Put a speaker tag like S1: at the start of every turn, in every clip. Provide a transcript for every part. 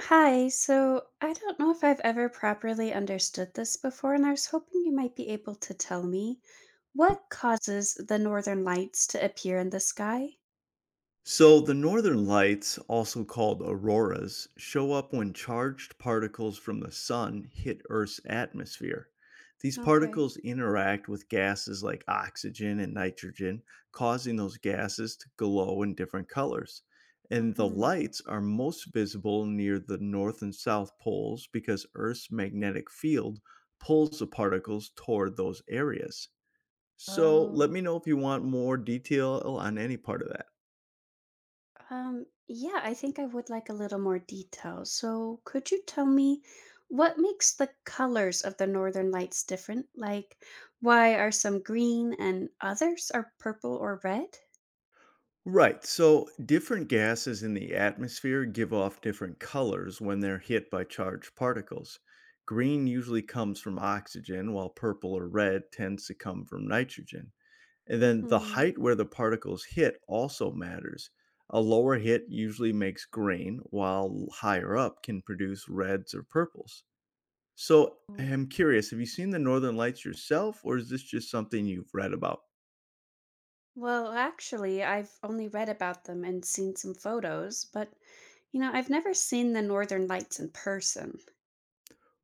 S1: Hi, so I don't know if I've ever properly understood this before, and I was hoping you might be able to tell me what causes the northern lights to appear in the sky?
S2: So, the northern lights, also called auroras, show up when charged particles from the sun hit Earth's atmosphere. These
S1: Okay.
S2: particles interact with gases like oxygen and nitrogen, causing those gases to glow in different colors. And the
S1: Mm-hmm.
S2: lights are most visible near the north and south poles because Earth's magnetic field pulls the particles toward those areas. So, let
S1: Oh,
S2: me know if you want more detail on any part of that.
S1: yeah, I think I would like a little more detail. So could you tell me what makes the colors of the northern lights different? Like, why are some green and others are purple or red?
S2: Right. So different gases in the atmosphere give off different colors when they're hit by charged particles. Green usually comes from oxygen, while purple or red tends to come from nitrogen. And then the
S1: Mm-hmm.
S2: height where the particles hit also matters. A lower hit usually makes green, while higher up can produce reds or purples. So I'm curious, have you seen the northern lights yourself, or is this just something you've read about?
S1: Well, actually, I've only read about them and seen some photos, but I've never seen the Northern Lights in person.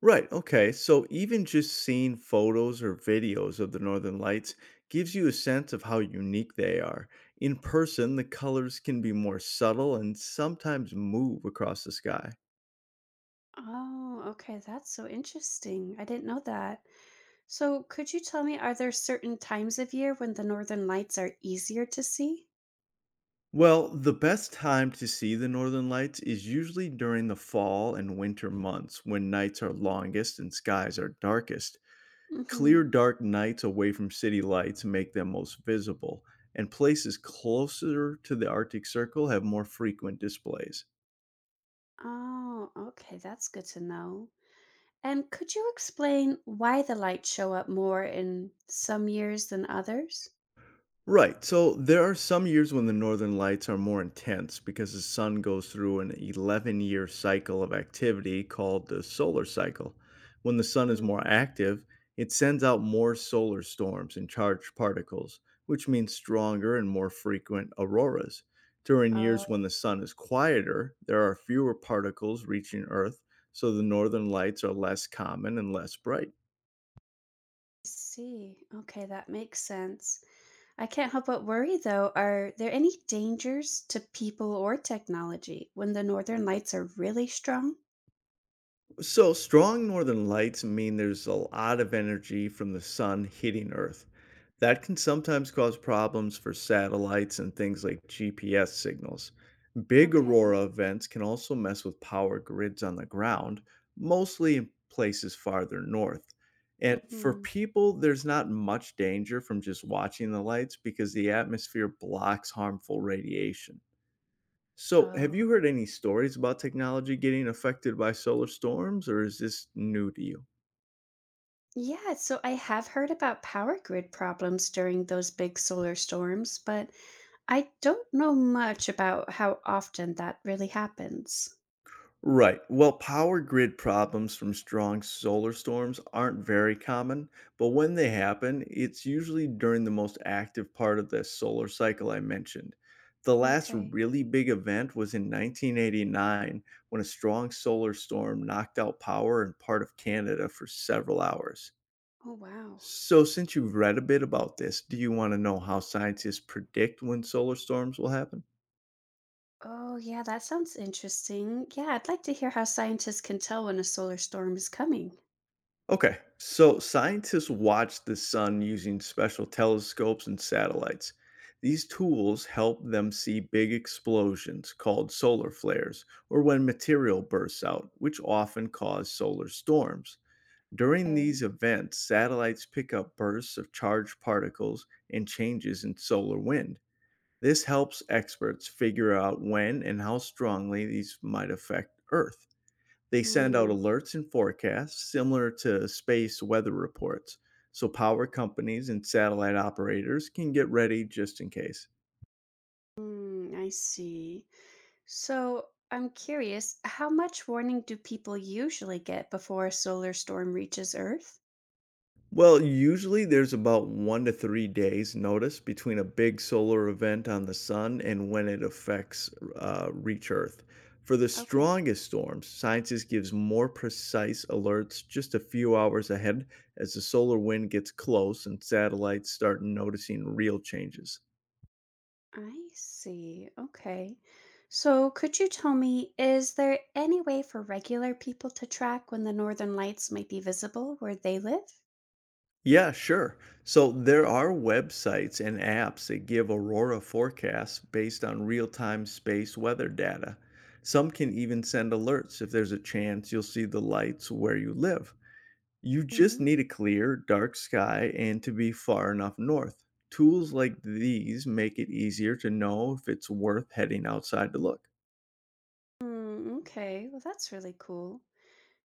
S2: Right. Okay. So even just seeing photos or videos of the northern lights gives you a sense of how unique they are. In person, the colors can be more subtle and sometimes move across the sky.
S1: Oh, okay, that's so interesting. I didn't know that. So, could you tell me, are there certain times of year when the Northern Lights are easier to see?
S2: Well, the best time to see the northern lights is usually during the fall and winter months when nights are longest and skies are darkest. Clear,
S1: Mm-hmm.
S2: dark nights away from city lights make them most visible, and places closer to the Arctic Circle have more frequent displays.
S1: Oh, okay, that's good to know. And could you explain why the lights show up more in some years than others?
S2: Right. So there are some years when the northern lights are more intense because the sun goes through an 11-year cycle of activity called the solar cycle. When the sun is
S1: Hmm.
S2: more active, it sends out more solar storms and charged particles, which means stronger and more frequent auroras. During
S1: Oh,
S2: years when
S1: I
S2: the sun is quieter, there are fewer particles reaching Earth, so the northern lights are less common and less bright.
S1: see. Okay, that makes sense. I can't help but worry though, are there any dangers to people or technology when the northern lights are really strong?
S2: So, strong northern lights mean there's a lot of energy from the sun hitting Earth. That can sometimes cause problems for satellites and things like GPS signals. Big
S1: Okay.
S2: aurora events can also mess with power grids on the ground, mostly in places farther north. And for
S1: Mhm.
S2: people, there's not much danger from just watching the lights because the atmosphere blocks harmful radiation. So, have
S1: Oh.
S2: you heard any stories about technology getting affected by solar storms, or is this new to you?
S1: Yeah, so I have heard about power grid problems during those big solar storms, but I don't know much about how often that really happens.
S2: Right. Well, power grid problems from strong solar storms aren't very common, but when they happen, it's usually during the most active part of the solar cycle I mentioned. The last
S1: Okay.
S2: really big event was in 1989 when a strong solar storm knocked out power in part of Canada for several hours.
S1: Oh, wow.
S2: So, since you've read a bit about this, do you want to know how scientists predict when solar storms will happen?
S1: Oh, yeah, that sounds interesting. Yeah, I'd like to hear how scientists can tell when a solar storm is coming.
S2: Okay, so scientists watch the sun using special telescopes and satellites. These tools help them see big explosions called solar flares, or when material bursts out, which often cause solar storms. During
S1: Okay.
S2: these events, satellites pick up bursts of charged particles and changes in solar wind. This helps experts figure out when and how strongly these might affect Earth. They send out
S1: Hmm.
S2: alerts and forecasts similar to space weather reports, so power companies and satellite operators can get ready just in case.
S1: Hmm, I see. So I'm curious, how much warning do people usually get before a solar storm reaches Earth?
S2: Well, usually there's about 1 to 3 days notice between a big solar event on the sun and when it affects reach Earth. For the
S1: Okay.
S2: strongest storms, scientists gives more precise alerts just a few hours ahead as the solar wind gets close and satellites start noticing real changes.
S1: I see. Okay. So could you tell me, is there any way for regular people to track when the northern lights might be visible where they live?
S2: Yeah, sure. So there are websites and apps that give aurora forecasts based on real time space weather data. Some can even send alerts if there's a chance you'll see the lights where you live. You just
S1: Hmm.
S2: need a clear, dark sky and to be far enough north. Tools like these make it easier to know if it's worth heading outside to look.
S1: Mm, okay. Well, that's really cool.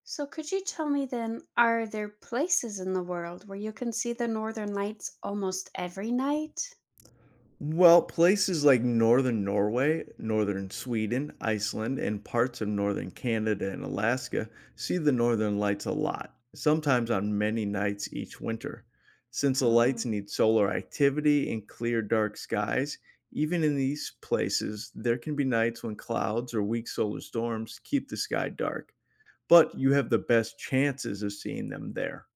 S1: So could you tell me then, are there places in the world where you can see the northern lights almost every night?
S2: Well, places like northern Norway, northern Sweden, Iceland, and parts of northern Canada and Alaska see the northern lights a lot, sometimes on many nights each winter. Since the lights
S1: Oh.
S2: need solar activity and clear, dark skies, even in these places, there can be nights when clouds or weak solar storms keep the sky dark, but you have the best chances of seeing them there.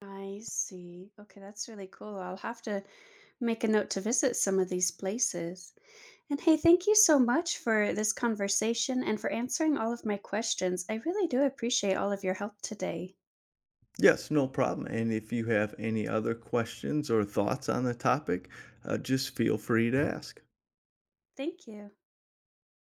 S1: I see. Okay, that's really cool. I'll have to make a note to visit some of these places. And hey, thank you so much for this conversation and for answering all of my questions. I really do appreciate all of your help today.
S2: Yes, no problem. And if you have any other questions or thoughts on the topic, just feel free to ask.
S1: Thank you.